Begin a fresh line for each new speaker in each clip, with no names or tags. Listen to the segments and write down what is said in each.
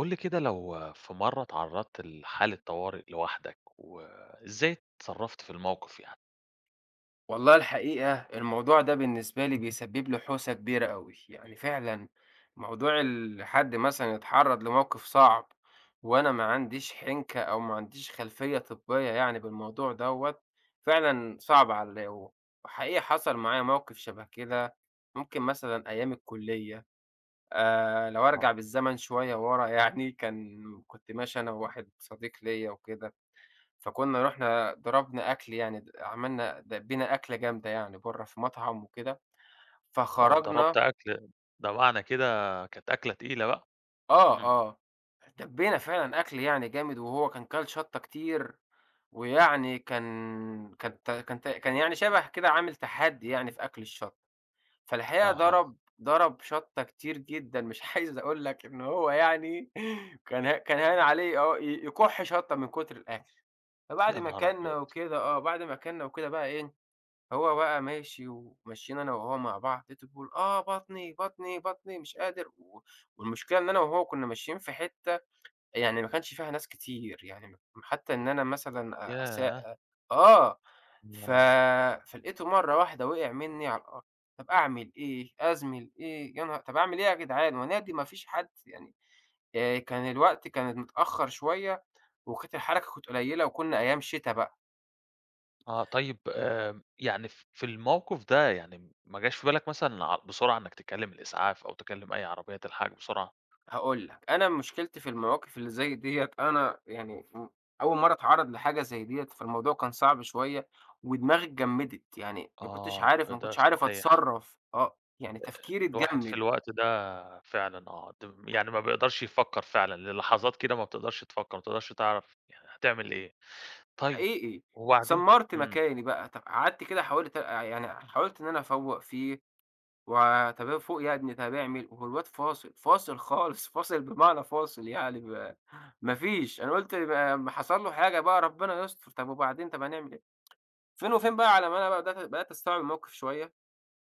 قُل لي كده لو في مرّة اتعرّضت لحالة طوارئ لوحدك، وإزاي اتصرّفت في الموقف يعني؟
والله الحقيقة الموضوع ده بالنسبة لي بيسبب لي حوسة كبيرة أوي، يعني فعلًا موضوع حد مثلًا يتعرّض لموقف صعب، وأنا ما عنديش حنكة أو ما عنديش خلفية طبية يعني بالموضوع دوّة، فعلًا صعب عليّا و وحقيقي حصل معايا موقف شبه كده، ممكن مثلًا أيام الكلية. لو
آه.
أرجع بالزمن شوية ورا، يعني كنت ماشي أنا وواحد صديق ليّا وكده، فكنا رُحنا ضربنا أكل، يعني د عملنا دبّينا أكلة جامدة يعني برّه في مطعم وكده،
آه،
فخرجنا.
ضربت أكل. ده معنى كده كانت أكلة تقيلة بقى.
آه.
إمم.
آه. دبّينا فعلًا أكل يعني جامد، وهو كان كَل شطة كتير، ويعني كان يعني شبه كده عامل تحدّي يعني في أكل الشطة، فالحقيقة
أها.
ضرب شطة كتير جدًا، مش عايز أقول لك إن هو يعني كان هاين عليه آه ي يكُح شطة من كتر الأكل. فبعد
يا
ما
نهار
كَلنا
أبيض!
وكده آه، بعد ما كَلنا وكده بقى إيه، هو بقى ماشي ومشينا أنا وهو مع بعض، لقيته بيقول: "آه بطني، بطني، بطني مش قادر." و والمشكلة إن أنا وهو كنا ماشيين في حتّة يعني ما كانش فيها ناس كتير، يعني حتّى إن أنا مثلًا أ أسا
ياه!
آه، ف
آه.
فلقيته مرّة واحدة وقع منّي على الأرض. طب أعمل إيه، أزمِل إيه، يا نها طب أعمل إيه يا جدعان، وأنادي ما فيش حد يعني. الوقت كان متأخّر شوية، وكانت الحركة كانت قليّلة، وكنا أيام شتا بقى.
آه طيب، يعني في الموقف ده، يعني ما جاش في بالك مثلًا بسرعة إنك تكلّم الإسعاف أو تكلّم أي عربية تلحقك بسرعة؟
هاقول لك، أنا مشكلتي في المواقف اللي زي ديّة، أنا يعني أول مرّة أتعرّض لحاجة زي ديّة، فالموضوع كان صعب شوية، ودماغي اتجمّدت، يعني ما كنتش
آه،
عارف ما
ده
كنتش عارف
صحيح.
أتصرّف، آه، يعني تفكيري
الواحد في
اتجمّد،
الوقت ده فعلًا، آه، يعني ما بيقدرش يفكّر فعلًا، للحظات كده ما بتقدرش تفكّر، ما بتقدرش تعرف يعني هتعمل إيه. طيب،
حقيقي.
وبعدين؟
اتسمّرت
إمم.
مكاني بقى، طَب قعدت كده، حاولت أ يعني حاولت إن أنا أفوّق فيه. و طَب أفوق يا ابني، طَب اعمل، والواد فاصل، فاصل خالص، فاصل بمعنى فاصل، يعني ما فيش، أنا قُلت ما حصل له حاجة بقى، ربنا يستر. طَب وبعدين، طَب هنعمل إيه؟ فين وفين بقى على ما أنا بقى بدأت أستوعب الموقف شوية.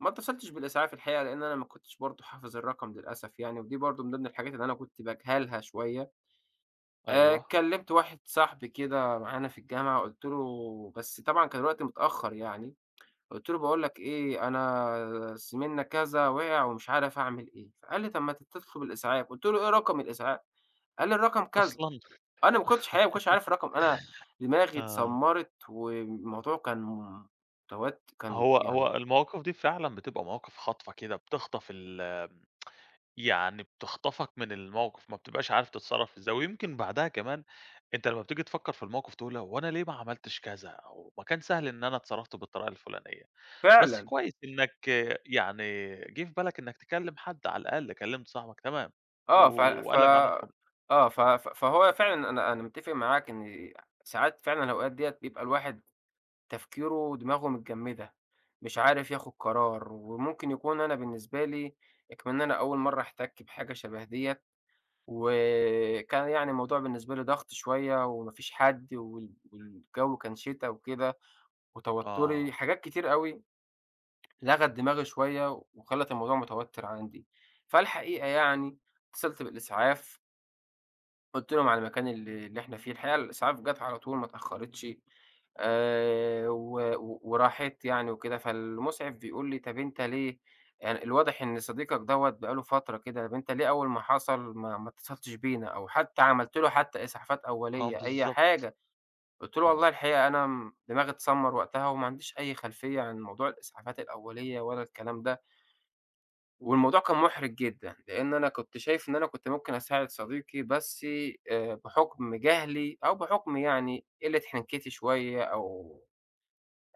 ما اتّصلتش بالإسعاف الحقيقة، لإن أنا ما كنتش برضه حافظ الرقم للأسف يعني، ودي برضه من ضمن الحاجات اللي أنا كنت باجهلها شوية.
أيوه.
كلّمت واحد صاحبي كده معانا في الجامعة، قُلت له، بس طبعًا كان الوقت متأخّر يعني، قُلت له: "باقول لك إيه، أنا زميلنا كذا وقع ومش عارف أعمل إيه." فقال لي: "طب ما تطلب الإسعاف." قُلت له: "إيه رقم الإسعاف؟" قال لي: "الرقم كذا."
أصلًا.
أنا ما كنتش حقيقة، ما كنتش عارف الرقم، أنا دماغي
آه،
اتسمّرت والموضوع كان كان
هو
يعني
هو المواقف دي فعلًا بتبقى مواقف خاطفة كده، بتخطف ال يعني بتخطفك من الموقف، ما بتبقاش عارف تتصرّف إزاي، ويمكن بعدها كمان أنت لمّا بتيجي تفكّر في الموقف تقول هو أنا ليه ما عملتش كذا، أو ما كان سهل إن أنا اتصرّفت بالطريقة الفلانية. بس
فعلًا،
كويس إنك يعني جِه في بالك إنك تكلّم حد على الأقل، كلّمت صاحبك تمام،
آه، ف ف
وقال لك على رقم.
آه، ف ف فهو فعلًا، أنا متّفق معاك إن ساعات فعلًا الأوقات ديّة بيبقى الواحد تفكيره ودماغه متجمّدة، مش عارف ياخد قرار، وممكن يكون أنا بالنسبة لي كمان أنا أول مرّة أحتَك بحاجة شبه ديّة، وكان يعني الموضوع بالنسبة لي ضغط شوية وما فيش حد وال والجو كان شتا وكده، وتوتُّري،
آه.
حاجات كتير أوي لغت دماغي شوية وخلّت الموضوع متوتر عندي. فالحقيقة يعني اتصلت بالإسعاف، قُلت لهم على المكان اللي إحنا فيه، الحقيقة الإسعاف جات على طول ما اتأخّرتش، و و وراحت يعني وكده، فالمُسعف بيقول لي: "طَب أنت ليه، يعني الواضح إن صديقك دوّة بقى له فترة كده، طَب أنت ليه أول ما حصل ما اتصلتش بينا أو حتى عملت له حتى إسعافات
آه،
أولية، أي
بالضبط.
حاجة؟" قُلت له: "والله
آه،
الحقيقة أنا دماغي اتسمّر وقتها، وما عنديش أي خلفية عن موضوع الإسعافات الأولية ولا الكلام ده." والموضوع كان مُحرِج جدًا، لإن أنا كنت شايف إن أنا كنت ممكن أساعد صديقي، بس بحُكم جهلي أو بحُكم يعني قِلّة حنكِّتي شوية، أو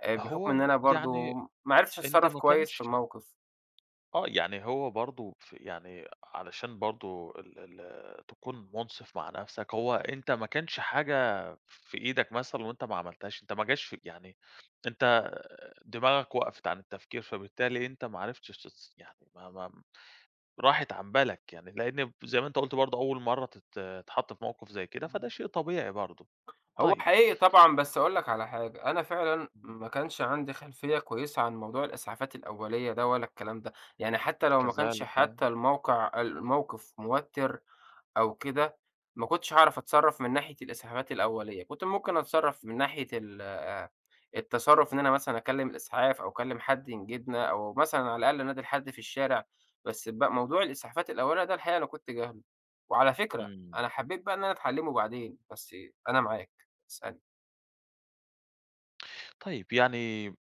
بحُكم
هو
إن
م
أنا برضه
يعني
ما عرفتش
أنت
أتصرّف
ما
كويس في
كانش.
الموقِف.
آه، يعني هو برضه يعني علشان برضه ال تكون مُنصِف مع نَفْسك، هو أنت ما كانش حاجة في إيدك مثلًا وأنت ما عملتهاش، أنت ما جاش في يعني، أنت دماغك وقفت عن التفكير، فبالتالي أنت ما عرفتش يعني ما راحت عن بالك يعني، لإن زي ما أنت قُلت برضه أول مرّة تتحط في موقِف زي كده، فده شيء طبيعي برضه.
هو
طيب.
حقيقي طبعًا، بس أقول لك على حاجة، أنا فعلًا
إمم.
ما كانش عندي خلفية كويسة عن موضوع الإسعافات الأولية ده ولا الكلام ده، يعني حتّى لو ما كانش،
كذلك، آه.
حتّى الموقِف موتِّر أو كده، ما كنتش هاعرف أتصرّف من ناحية الإسعافات الأولية، كنت ممكن أتصرّف من ناحية ال التصرُّف، إن أنا مثلًا أكلّم الإسعاف أو أكلّم حد ينجدنا، أو مثلًا على الأقل أنادي لحد في الشارع، بس بقى موضوع الإسعافات الأولية ده الحقيقة أنا كنت جاهله، وعلى فكرة
إمم.
أنا حبّيت بقى إن أنا أتعلّمه بعدين، بس أنا معاك، اسألني.
طيب، يعني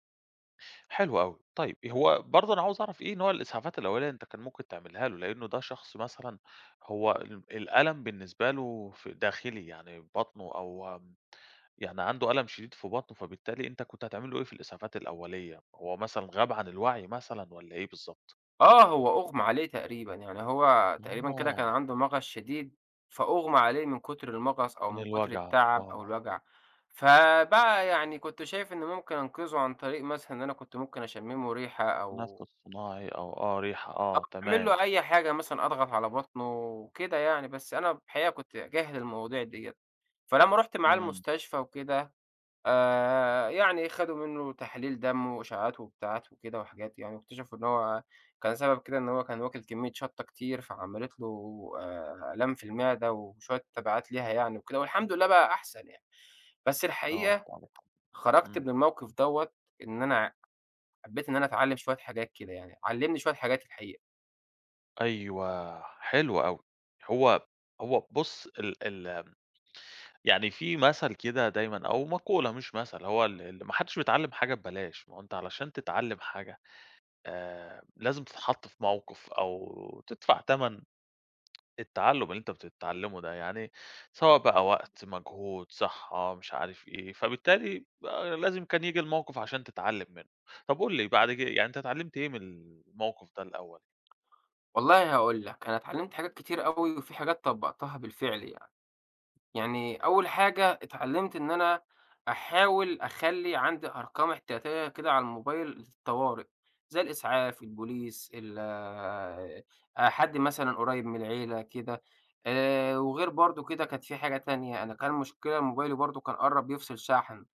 حلو أوي. طيب، هو برضه أنا عاوز أعرف إيه نوع الإسعافات الأولية أنت كان ممكن تعملها له؟ لإنه ده شخص مثلًا، هو الألم بالنسبة له ف داخلي، يعني بطنه أو يعني عنده ألم شديد في بطنه، فبالتالي أنت كنت هتعمل له إيه في الإسعافات الأولية؟ هو مثلًا غاب عن الوعي مثلًا والّا إيه بالضبط؟
آه، هو أُغمي عليه تقريبًا، يعني هو تقريبًا كده كان
آه،
عنده مغص شديد، فأُغمي عليه من كتر المغص أو
من
من كتر
الوجع،
التعب أو
آه.
الوجع، فبقى يعني كنت شايف إن ممكن أنقذه عن طريق مثلًا إن أنا كنت ممكن أشمّمه ريحة
نفس
أو
صناعي أو آه، ريحة،
أو
آه،
أعمل
تمام.
له أي حاجة مثلًا أضغط على بطنه كده يعني، بس أنا الحقيقة كنت جاهل المواضيع ديّة. فلمّا رُحت معاه
إمم.
المستشفى وكده يعني خدوا منّه تحاليل دم وإشعاعات وبتاعات وكده وحاجات يعني، واكتشفوا إن هو كان سبب كده إن هو كان واكل كمية شطة كتير، فعملت له آلام في المعدة وشوية تبعات ليها يعني وكده، والحمد لله بقى أحسن يعني. بس
آه،
الحقيقة
طبعًا.
خرجت
إمم.
من الموقف دوّة إن أنا حبّيت إن أنا أتعلّم شوية حاجات كده يعني، علّمني شوية حاجات الحقيقة.
أيوه، حلو أوي. هو هو بُص ال يعني في مثل كده دايمًا، أو مقولة مش مثل، هو ال ما حدش بيتعلّم حاجة ببلاش، ما هو أنت علشان تتعلّم حاجة لازم تتحط في موقف أو تدفع تَمَن التعلُّم اللي أنت بتتعلّمه ده، يعني سواء بقى وقت، مجهود، صحّة، مش عارف إيه، فبالتالي لازم كان ييجي الموقف عشان تتعلّم منه. طَب قُل لي بعد يعني أنت اتعلّمت إيه من الموقف ده الأول؟
والله هاقول لك، أنا اتعلّمت حاجات كتير أوي وفي حاجات طبّقتها بالفعل يعني. يعني أول حاجة اتعلمت إن أنا أحاول أخلّي عندي أرقام احتياطية كده على الموبايل للطوارئ، زي الإسعاف، البوليس، ال حد مثلًا قريب من العيلة كده. وغير برضه كده كانت في حاجة تانية، أنا كان مشكلة موبايلي برضه كان قرّب يفصل شحن،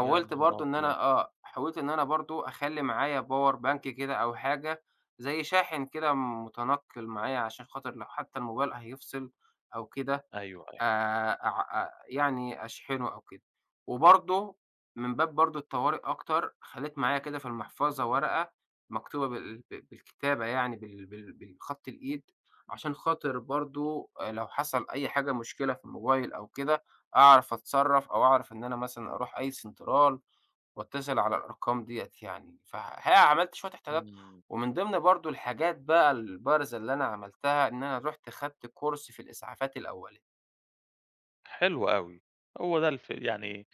يا نهار
برضه إن
أبيض!
أنا آه، حاولت إن أنا برضه أخلّي معايا باور بانك كده أو حاجة زي شاحن كده متنقّل معايا عشان خاطر لو حتى الموبايل هيفصل أو كده
أيوه، أيوه.
أع يعني أشحنه أو كده. وبرضه من باب برضه الطوارئ أكتر، خلّيت معايا كده في المحفظة ورقة مكتوبة بالكتابة، يعني بالخط الإيد، عشان خاطر برضه لو حصل أي حاجة، مشكلة في الموبايل أو كده، أعرف أتصرّف أو أعرف إن أنا مثلًا أروح أي سنترال وأتصل على الأرقام ديّة يعني. فالحقيقة عملت شوية احتياطات،
إمم.
ومن ضمن برضه الحاجات بقى البارزة اللي أنا عملتها، إن أنا رُحت خدت كورس في الإسعافات الأولية.
حلو أوي. هو ده يعني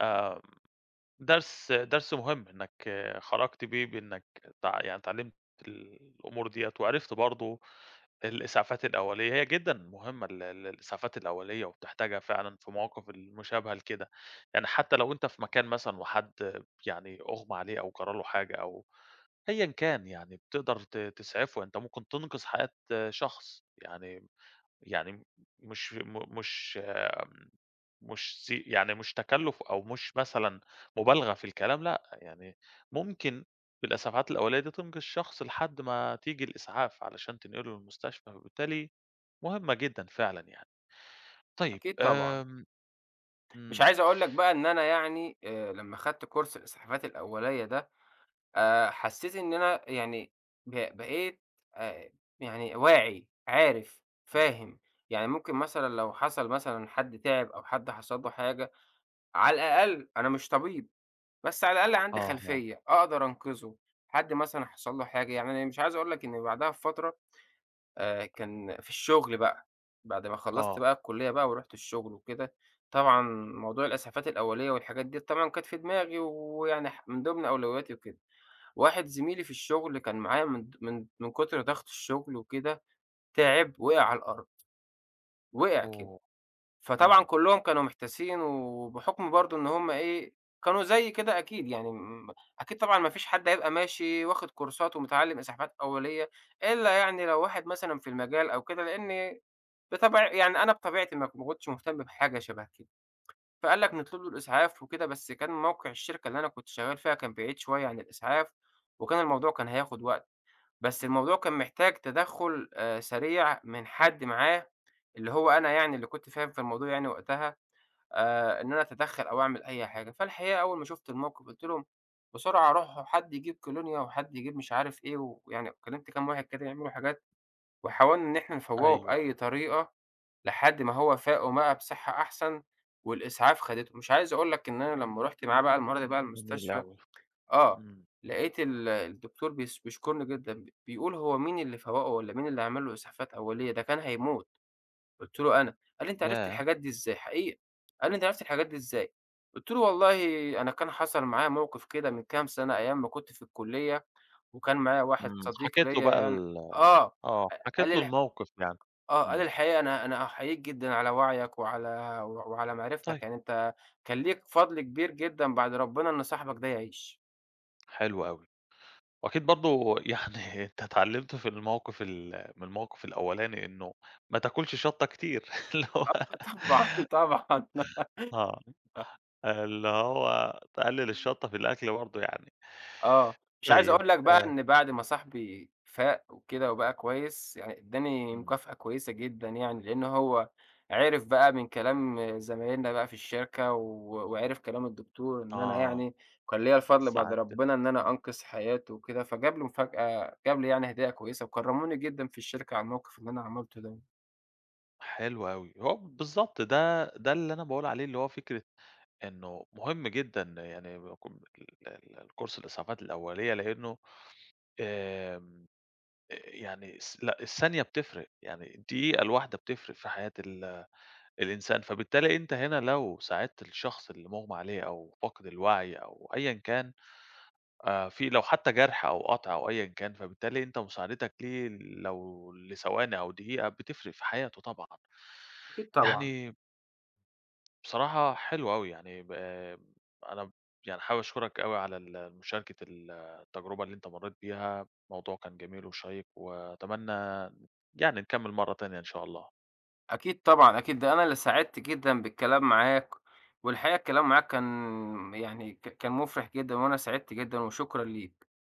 آآ درس، درس مهم إنّك خرجت بيه، بإنّك يعني اتعلّمت الأمور ديّة، وعرفت برضه الإسعافات الأولية، هي جدًا مهمة ال الإسعافات الأولية، وبتحتاجها فعلًا في مواقف المشابهة لكده، يعني حتى لو أنت في مكان مثلًا وحد يعني أُغمى عليه أو جرى له حاجة أو أيًا كان يعني بتقدر تسعفه، أنت ممكن تنقذ حياة شخص يعني. يعني مش مش مش يعني مش تكلُّف أو مش مثلًا مبالغة في الكلام، لأ، يعني ممكن بالإسعافات الأولية دي تنقذ الشخص لحد ما تيجي الإسعاف علشان تنقله للمستشفى، وبالتالي مهمة جدًا فعلًا يعني. طيب.
أكيد طبعًا.
آمم.
مش
إمم.
عايز أقول لك بقى إن أنا يعني، لمّا خدت كورس الإسعافات الأولية ده، حسيت إن أنا يعني بقيت آآ، يعني واعي، عارف،
إمم.
فاهم. يعني ممكن مثلًا لو حصل مثلًا حد تعب أو حد حصل له حاجة، على الأقل أنا مش طبيب، بس على الأقل عندي
أها.
خلفية، أقدر أنقذه. حد مثلًا حصل له حاجة، يعني أنا مش عايز أقول لك إن بعدها بفترة كان في الشغل بقى، بعد ما خلّصت
آه.
بقى الكُلّية بقى ورُحت الشغل وكده، طبعًا موضوع الإسعافات الأولية والحاجات ديّة طبعًا كانت في دماغي، ويعني من ضمن أولوياتي وكده. واحد زميلي في الشغل كان معايا، من د من من كتر ضغط الشغل وكده تعب، وقع على الأرض، وقع كده.
أوه!
فطبعًا
إمم.
كُلّهم كانوا محتاسين، وبحُكم برضه إن هم إيه، كانوا زيي كده أكيد يعني، أكيد طبعًا ما فيش حد هيبقى ماشي واخد كورسات ومتعلّم إسعافات أولية، إلا يعني لو واحد مثلًا في المجال أو كده، لإن بطبع يعني أنا بطبيعتي ما كنتش مهتم بحاجة شبه كده، فقال لك نطلب له الإسعاف وكده، بس كان موقع الشركة اللي أنا كنت شغال فيها كان بعيد شوية عن الإسعاف، وكان الموضوع كان هياخد وقت، بس الموضوع كان محتاج تدخُّل سريع من حد معاه، اللي هو أنا، يعني اللي كنت فاهم في الموضوع يعني وقتها، إن أنا أتدخّل أو أعمل أي حاجة. فالحقيقة أول ما شُفت الموقف قُلت لهم: "بسرعة روحوا حد يجيب كولونيا وحد يجيب مش عارف إيه." ويعني كلّمت كام واحد كده يعملوا حاجات، وحاولنا إن إحنا
أيوه،
نفوّقه بأي
أيوه.
طريقة لحد ما هو فاقوا بقى بصحة أحسن، والإسعاف خدته. مش عايز أقول لك إن أنا لمّا رُحت معاه بقى المرّة دي بقى
جميل
المستشفى،
أوي.
آه،
إمم.
لقيت الدكتور بيشكرني جدًا، بيقول: "هو مين اللي فوّقه والّا مين اللي عمل له إسعافات أولية؟ ده كان هيموت." قُلت له: "أنا." قال لي: "أنت عرفت
ياه!
الحاجات دي إزاي؟" حقيقة. قال لي: "أنت عرفت الحاجات دي إزاي؟" قُلت له: "والله أنا كان حصل معايا موقف كده من كام سنة أيام ما كنت في الكلية، وكان معايا واحد
إمم.
صديق
حكيت له
ليّا
بقى
يعني."
ال
آه،
آه،
قال لي:
حكيت له
"الح"،
الموقف يعني.
آه، قال
إمم.
الحقيقة: أنا أحييك جدًا على وعيك وعلى و وعلى معرفتك،
طيب.
يعني أنت كان ليك فضل كبير جدًا بعد ربنا إن صاحبك ده يعيش."
حلو أوي. وأكيد برضه يعني أنت اتعلّمت في الموقف من الموقف الأولاني إنه ما تاكلش شطة كتير. اللي هو
آه، طبعًا، طبعًا.
آه، اللي هو تقلّل الشطة في الأكل برضه يعني.
آه، مش عايز
طيب،
أقول لك بقى إن بعد ما صاحبي فاق وكده وبقى كويس، يعني ادّاني
إمم،
مكافأة كويسة جدًا يعني، لإن هو عِرف بقى من كلام زمايلنا بقى في الشركة و وعِرف كلام الدكتور إن أنا
آه،
يعني كان ليّا الفضل بعد
ساعات كده،
ربنا إن أنا
آه،
أنقذ حياته وكده، فجاب لي مفاجأة، جاب لي يعني هدية كويسة، وكرّموني جدًا في الشركة على الموقف اللي أنا عملته ده.
حلو أوي. هو بالضبط ده اللي أنا باقول عليه، اللي هو فكرة إنه مهم جدًا، يعني بيكون ال الكورس الإسعافات الأولية، لإنه آمم، يعني لأ، الثانية بتفرق، يعني الدقيقة الواحدة بتفرق في حياة الإنسان، فبالتالي أنت هنا لو ساعدت الشخص اللي مُغمى عليه أو فاقد الوعي أو أيًا كان، في لو حتى جرح أو قطع أو أيًا كان، فبالتالي أنت مساعدتك ليه لو لثواني أو دقيقة بتفرق في حياته طبعًا.
أكيد طبعًا.
يعني بصراحة حلو أوي، يعني آه، أنا يعني حابب أشكرك أوي على مشاركة التجربة اللي أنت مرّيت بيها، الموضوع كان جميل وشيّق، وأتمنى يعني نكمّل مرّة تانية إن شاء الله.
أكيد طبعًا، أكيد، ده أنا اللي سعدت جدًا بالكلام معاك، والحقيقة الكلام معاك كان يعني كان مُفرح جدًا، وأنا سعدت جدًا وشكرًا ليك.